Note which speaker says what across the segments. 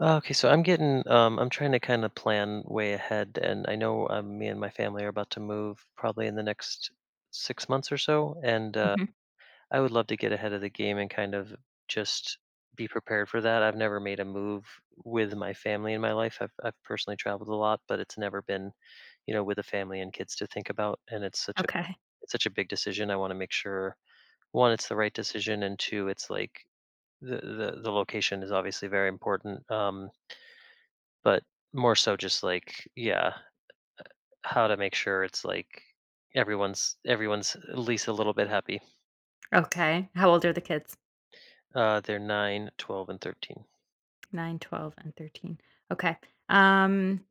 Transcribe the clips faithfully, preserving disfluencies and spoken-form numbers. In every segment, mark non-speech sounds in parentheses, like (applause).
Speaker 1: Uh, Okay, so I'm getting, um, I'm trying to kind of plan way ahead, and I know um, me and my family are about to move probably in the next six months or so, and uh,
Speaker 2: Mhm.
Speaker 1: I would love to get ahead of the game and kind of just be prepared for that. I've never made a move with my family in my life. I've, I've personally traveled a lot, but it's never been, you know, with a family and kids to think about, and it's such a
Speaker 2: Okay.
Speaker 1: it's such a big decision. I want to make sure one, it's the right decision, and two, it's like the the, the location is obviously very important. Um, but more so just like, yeah, how to make sure it's like everyone's everyone's at least a little bit happy.
Speaker 2: Okay. How old are the kids?
Speaker 1: Uh, they're nine, twelve, and thirteen.
Speaker 2: Nine, twelve, and thirteen. Okay. Um,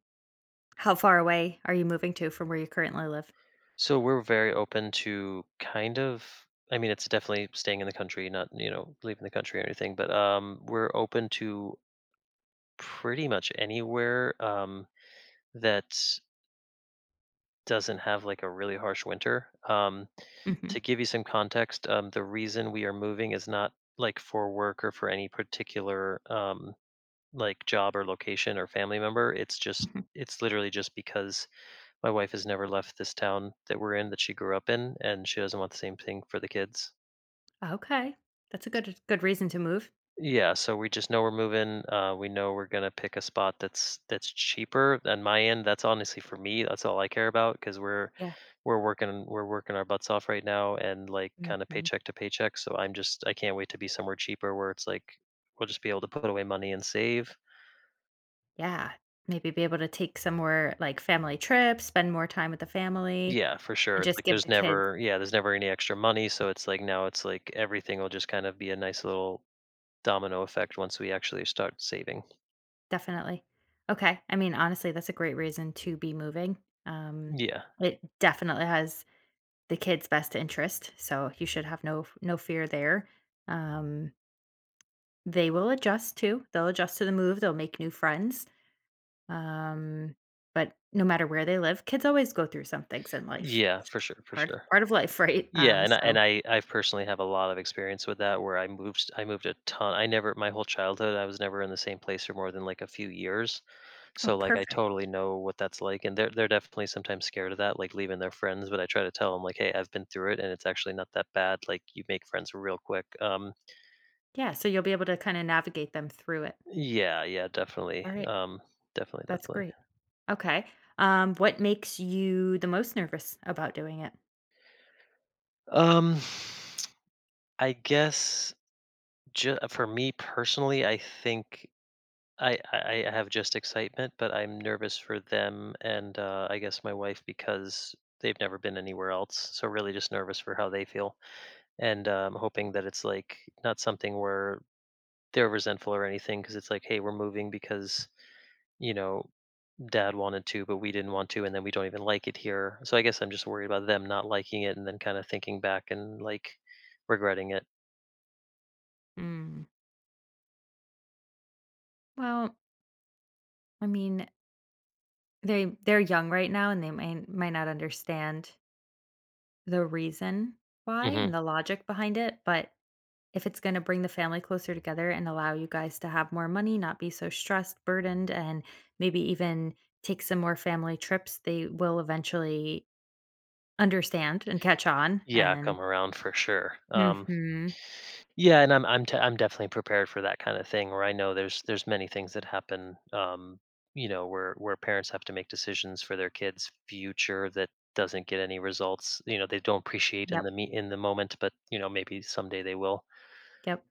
Speaker 2: how far away are you moving to from where you currently live?
Speaker 1: So we're very open to kind of, I mean, it's definitely staying in the country, not, you know, leaving the country or anything, but um we're open to pretty much anywhere um that doesn't have like a really harsh winter. Um
Speaker 2: Mhm.
Speaker 1: to give you some context, um the reason we are moving is not like for work or for any particular um like job or location or family member. It's just
Speaker 2: Mhm.
Speaker 1: it's literally just because my wife has never left this town that we're in that she grew up in, and she doesn't want the same thing for the kids.
Speaker 2: Okay. That's a
Speaker 1: S-
Speaker 2: good good reason to move.
Speaker 1: Yeah, so we just know we're moving. Uh, we know we're gonna pick a spot that's that's cheaper. On my end, that's honestly for me. That's all I care about because we're
Speaker 2: Yeah.
Speaker 1: we're working we're working our butts off right now and like kind of
Speaker 2: Mhm.
Speaker 1: paycheck to paycheck. So I'm just I can't wait to be somewhere cheaper where it's like we'll just be able to put away money and save.
Speaker 2: Yeah. Maybe be able to take somewhere like family trips, spend more time with the family,
Speaker 1: Yeah, for sure.
Speaker 2: and
Speaker 1: It's
Speaker 2: just
Speaker 1: like
Speaker 2: give
Speaker 1: there's
Speaker 2: the kids
Speaker 1: never yeah, there's never any extra money, so it's like now it's like everything will just kind of be a nice little domino effect once we actually start saving.
Speaker 2: definitely. Okay. I mean, honestly, that's a great reason to be moving. Um,
Speaker 1: Yeah.
Speaker 2: it definitely has the kid's best interest, so you should have no no fear there. Um, they will adjust too, they'll adjust to the move, they'll make new friends, um, but no matter where they live, kids always go through some things in life.
Speaker 1: Yeah,
Speaker 2: It's
Speaker 1: for
Speaker 2: just
Speaker 1: sure, for
Speaker 2: part
Speaker 1: sure.
Speaker 2: part of life, (laughs) right?
Speaker 1: Yeah,
Speaker 2: Um,
Speaker 1: and I, and
Speaker 2: so
Speaker 1: I I personally have a lot of experience with that where I moved I moved a ton. I never My whole childhood I was never in the same place for more than like a few years.
Speaker 2: Oh,
Speaker 1: So like I
Speaker 2: perfect.
Speaker 1: totally know what that's like and they're they're definitely sometimes scared of that like leaving their friends, but I try to tell them like, hey, I've been through it and it's actually not that bad. Like, you make friends real quick. Um
Speaker 2: Yeah, so you'll be able to kinda navigate them through it.
Speaker 1: Yeah, yeah, definitely.
Speaker 2: Alright.
Speaker 1: Um, definitely,
Speaker 2: That's
Speaker 1: definitely.
Speaker 2: great. Okay. Um, what makes you the most nervous about doing it?
Speaker 1: Um, (sighs) I guess ju- uh, for me personally, I think I, I I have just excitement, but I'm nervous for them and uh, I guess my wife because they've never been anywhere else. So really, just nervous for how they feel, and um, hoping that it's like not something where they're resentful or anything, because it's like, hey, we're moving because you know dad wanted to, but we didn't want to, and then we don't even like it here. So I guess I'm just worried about them not liking it and then kind of thinking back and like regretting it.
Speaker 2: Mm. Well, I mean, they they're young right now, and they might might not understand the reason why and
Speaker 1: hmm
Speaker 2: the logic behind it, but if it's going to bring the family closer together and allow you guys to have more money, not be so stressed, burdened, and maybe even take some more family trips, they will eventually understand and catch on.
Speaker 1: Yeah,
Speaker 2: And
Speaker 1: come around for sure. Um,
Speaker 2: hmm,
Speaker 1: yeah, and I'm I'm t- I'm definitely prepared for that kind of thing, where I know there's there's many things that happen. Um, you know, where where parents have to make decisions for their kids' future that doesn't get any results. You know, they don't appreciate in
Speaker 2: yep,
Speaker 1: the me in the moment, but you know maybe someday they will.
Speaker 2: yep,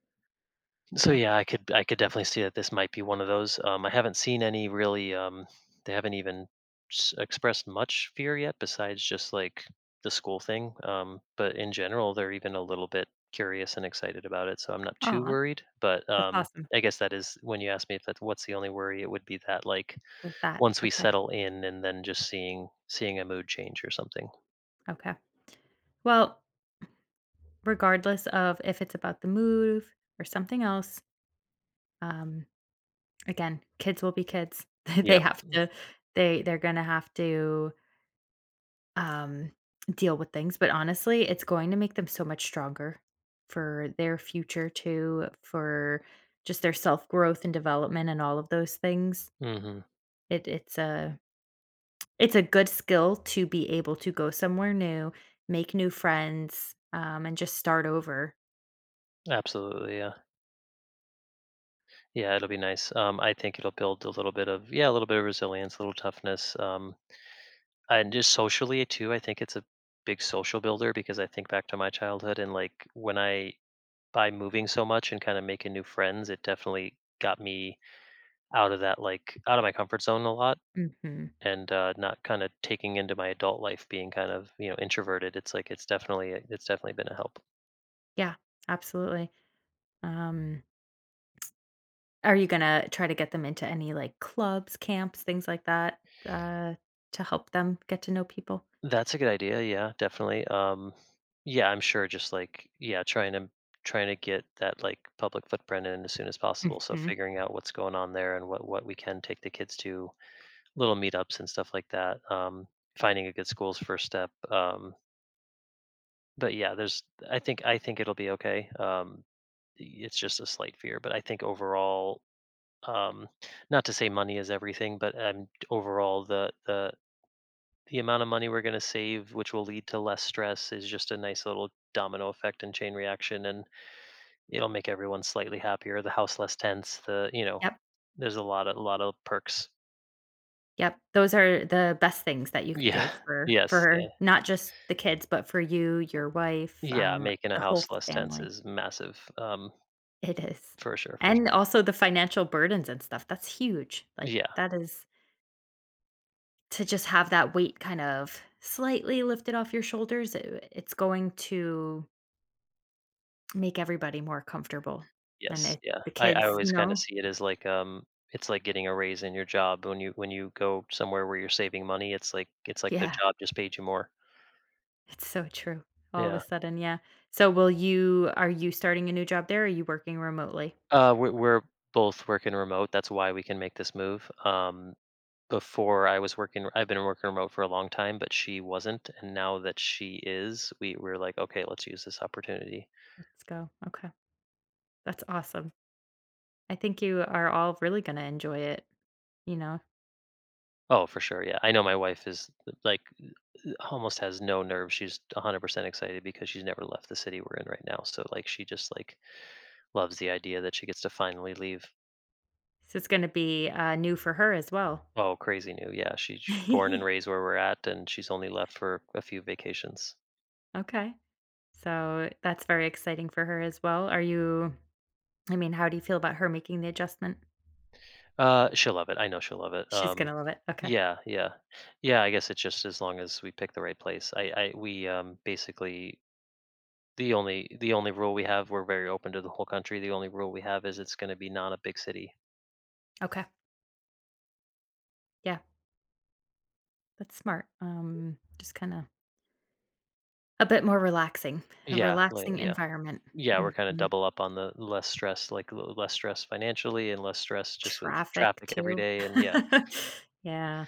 Speaker 1: So
Speaker 2: yeah.
Speaker 1: yeah, I could I could definitely see that this might be one of those. Um, I haven't seen any really. Um, they haven't even s- expressed much fear yet, besides just like the school thing. Um, but in general, they're even a little bit curious and excited about it. So I'm not too
Speaker 2: Aw,
Speaker 1: worried. But
Speaker 2: that's
Speaker 1: um,
Speaker 2: awesome.
Speaker 1: I guess that is when you ask me if that's what's the only worry, it would be that like
Speaker 2: With that,
Speaker 1: once we
Speaker 2: okay,
Speaker 1: settle in and then just seeing seeing a mood change or something.
Speaker 2: okay. Well, regardless of if it's about the move or something else, um, again, kids will be kids. (laughs) They
Speaker 1: Yep.
Speaker 2: have to. They they're gonna have to um, deal with things, but honestly, it's going to make them so much stronger for their future too, for just their self growth and development and all of those things.
Speaker 1: hmm
Speaker 2: It it's a it's a good skill to be able to go somewhere new, make new friends, um, and just start over.
Speaker 1: Absolutely. Yeah. Yeah, it'll be nice. Um, I think it'll build a little bit of yeah, a little bit of resilience, a little toughness, um, and just socially too. I think it's a big social builder because I think back to my childhood and like when I by moving so much and kind of making new friends, it definitely got me out of that like out of my comfort zone a lot
Speaker 2: Hmm.
Speaker 1: and uh, not kind of taking into my adult life being kind of you know introverted. It's like it's definitely it's definitely been a help.
Speaker 2: Yeah, absolutely. Um, are you gonna try to get them into any like clubs, camps, things like that, uh, to help them get to know people?
Speaker 1: That's a good idea. Yeah, definitely. Um, yeah, I'm sure. Just like, yeah, trying to trying to get that like public footprint in as soon as possible. So
Speaker 2: Hmm.
Speaker 1: figuring out what's going on there and what what we can take the kids to little meetups and stuff like that. Um, finding a good school's first step. Um, but yeah, there's. I think I think it'll be okay. Um, it's just a slight fear, but I think overall, um, not to say money is everything, but um, overall the the the amount of money we're going to save, which will lead to less stress, is just a nice little domino effect and chain reaction, and it'll make everyone slightly happier. The house less tense. The you know,
Speaker 2: Yep.
Speaker 1: there's a lot of a lot of perks.
Speaker 2: Yep, those are the best things that you could
Speaker 1: Yeah.
Speaker 2: do
Speaker 1: (laughs)
Speaker 2: for
Speaker 1: Yes. Yeah.
Speaker 2: for not just the kids, but for you, your wife,
Speaker 1: Yeah.
Speaker 2: um,
Speaker 1: Making a
Speaker 2: the whole
Speaker 1: house less tense
Speaker 2: family.
Speaker 1: is massive. Um,
Speaker 2: It is.
Speaker 1: for sure. For
Speaker 2: And
Speaker 1: sure.
Speaker 2: also the financial burdens and stuff, that's huge, like,
Speaker 1: Yeah.
Speaker 2: that is to just have that weight kind of slightly lifted off your shoulders, it it's going to make everybody more comfortable, and
Speaker 1: Yes.
Speaker 2: it
Speaker 1: Yeah.
Speaker 2: the
Speaker 1: I, I
Speaker 2: kids, you
Speaker 1: always kind of
Speaker 2: know
Speaker 1: see it as like um, it's like getting a raise in your job when you when you go somewhere where you're saving money. It's like it's like the
Speaker 2: Yeah,
Speaker 1: job just paid you more.
Speaker 2: it's so true. All of a
Speaker 1: Yeah.
Speaker 2: sudden, yeah. So will you are you starting a new job there, or are you working remotely?
Speaker 1: Uh, we're we're both working remote. That's why we can make this move. Um, before I was working, I've been working remote for a long time, but she wasn't, and now that she is, we we're like, okay, let's use this opportunity.
Speaker 2: Let's go. Okay. That's awesome. I think you are all really going to enjoy it. You know,
Speaker 1: Oh, for sure, yeah. I know my wife is like almost has no nerve. She's one hundred percent excited because she's never left the city we're in right now. So like, she just like loves the idea that she gets to finally leave.
Speaker 2: this is going to be uh, new for her as well.
Speaker 1: Oh, crazy new. Yeah, she's born and
Speaker 2: (laughs)
Speaker 1: raised where we're at, and she's only left for a few vacations.
Speaker 2: Okay. So that's very exciting for her as well. Are you, I mean, how do you feel about her making the adjustment?
Speaker 1: Uh, she'll love it. I know she'll love it.
Speaker 2: She's going
Speaker 1: Um,
Speaker 2: to love it. Okay.
Speaker 1: yeah, yeah, yeah. I guess it's just as long as we pick the right place. I, I, we, um, basically the only the only rule we have. We're very open to the whole country. The only rule we have is it's going to be not a big city.
Speaker 2: Okay. Yeah. That's smart. Um, just kind of a bit more relaxing, a
Speaker 1: Yeah, like,
Speaker 2: relaxing
Speaker 1: yeah,
Speaker 2: environment.
Speaker 1: yeah. We're kind of
Speaker 2: Mhm.
Speaker 1: double up on the less stress, like l- less stress financially and less stress just with
Speaker 2: Traffic
Speaker 1: traffic every
Speaker 2: too.
Speaker 1: day. And yeah,
Speaker 2: (laughs) Yeah,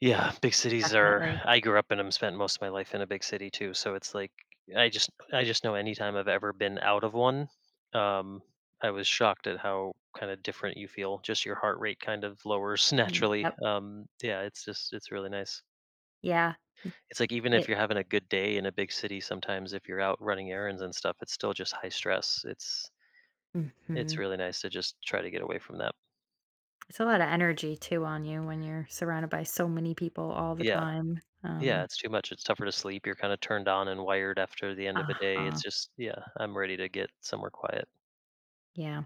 Speaker 1: yeah, big cities are
Speaker 2: definitely.
Speaker 1: I grew up in 'em, spent most of my life in a big city too, so it's like I just I just know anytime I've ever been out of one, um, I was shocked at how kinda different you feel, just your heart rate kind of lowers (laughs)
Speaker 2: Mm.
Speaker 1: naturally,
Speaker 2: Yep.
Speaker 1: um, yeah, it's just it's really nice.
Speaker 2: Yeah.
Speaker 1: It's like even if
Speaker 2: It,
Speaker 1: you're having a good day in a big city, sometimes if you're out running errands and stuff, it's still just high stress, it's it's
Speaker 2: hmm.
Speaker 1: really nice to just try to get away from that.
Speaker 2: It's a lot of energy too on you when you're surrounded by so many people all the
Speaker 1: Yeah.
Speaker 2: time.
Speaker 1: Yeah,
Speaker 2: Um,
Speaker 1: it's too much. It's tougher to sleep. You're kind of turned on and wired after the end of a day.
Speaker 2: uh-huh.
Speaker 1: It's just, yeah, I'm ready to get somewhere quiet.
Speaker 2: Yeah.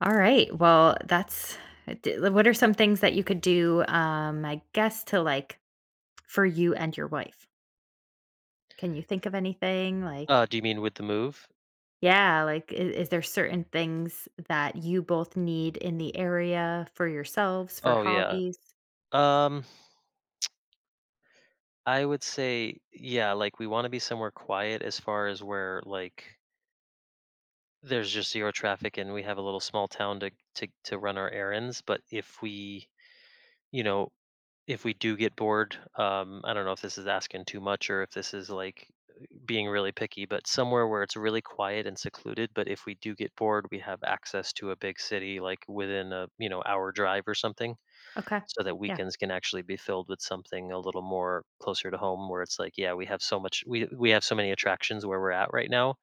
Speaker 2: All right. Well, that's d- what are some things that you could do, um, I guess, to like for you and your wife? Can you think of anything like,
Speaker 1: Uh, do you mean with the move?
Speaker 2: yeah, like is, is there certain things that you both need in the area for yourselves, for
Speaker 1: Oh, yeah.
Speaker 2: hobbies?
Speaker 1: Um, I would say, yeah. Like we want to be somewhere quiet as far as where like there's just zero traffic and we have a little small town to to to run our errands. But if we, you know, if we do get bored, um, I don't know if this is asking too much or if this is like being really picky, but somewhere where it's really quiet and secluded. But if we do get bored, we have access to a big city, like within a you know hour drive or something,
Speaker 2: Okay.
Speaker 1: so that
Speaker 2: Yeah.
Speaker 1: weekends can actually be filled with something a little more closer to home, where it's like, yeah, we have so much, we we have so many attractions where we're at right now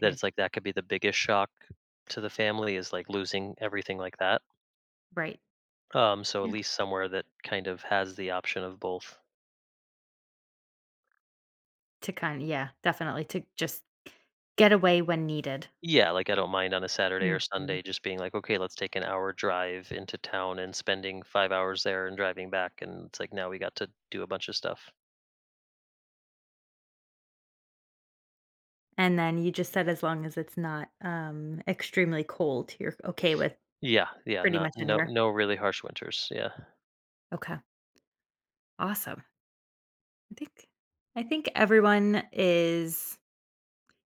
Speaker 1: that it's like that could be the biggest shock to the family is like losing everything like that.
Speaker 2: Right.
Speaker 1: Um, so at least somewhere that kind of has the option of both.
Speaker 2: To kind of yeah, definitely to just get away when needed.
Speaker 1: Yeah, like I don't mind on a Saturday or (laughs)
Speaker 2: Mhm.
Speaker 1: Sunday just being like, okay, let's take an hour drive into town and spending five hours there and driving back. And it's like now we got to do a bunch of stuff.
Speaker 2: And then you just said as long as it's not, um, extremely cold, you're okay with
Speaker 1: Yeah, yeah,
Speaker 2: pretty
Speaker 1: not,
Speaker 2: much
Speaker 1: no,
Speaker 2: anywhere.
Speaker 1: no really harsh winters. Yeah.
Speaker 2: Okay, awesome. I think I think everyone is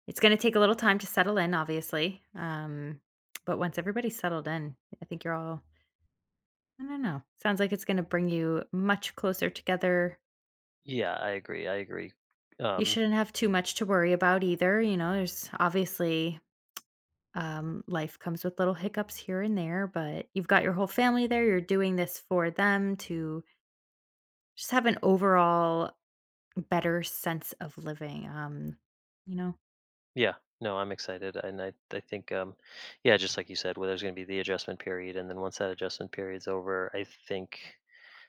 Speaker 2: it's gonna take a little time to settle in, obviously, um, but once everybody's settled in, I think you're all I don't know, sounds like it's gonna bring you much closer together.
Speaker 1: Yeah, I agree. I agree.
Speaker 2: You
Speaker 1: Um
Speaker 2: shouldn't have too much to worry about either, you know, there's obviously um, life comes with little hiccups here and there, but you've got your whole family there. You're doing this for them to just have an overall better sense of living. Um, you know?
Speaker 1: yeah, no, I'm excited. And I I think um yeah, just like you said, where there's gonna be the adjustment period and then once that adjustment period's over, I think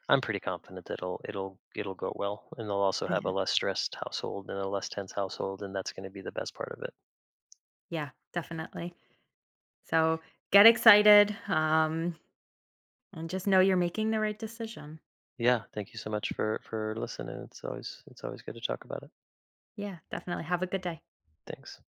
Speaker 1: I'm pretty confident that it'll it'll it'll go well, and they'll also have a
Speaker 2: Yeah,
Speaker 1: less stressed household and a less tense household, and that's going to be the best part of it.
Speaker 2: yeah, definitely. So get excited um, and just know you're making the right decision.
Speaker 1: Yeah, thank you so much for for listening. It's always it's always good to talk about it.
Speaker 2: Yeah, definitely. Have a good day.
Speaker 1: Thanks.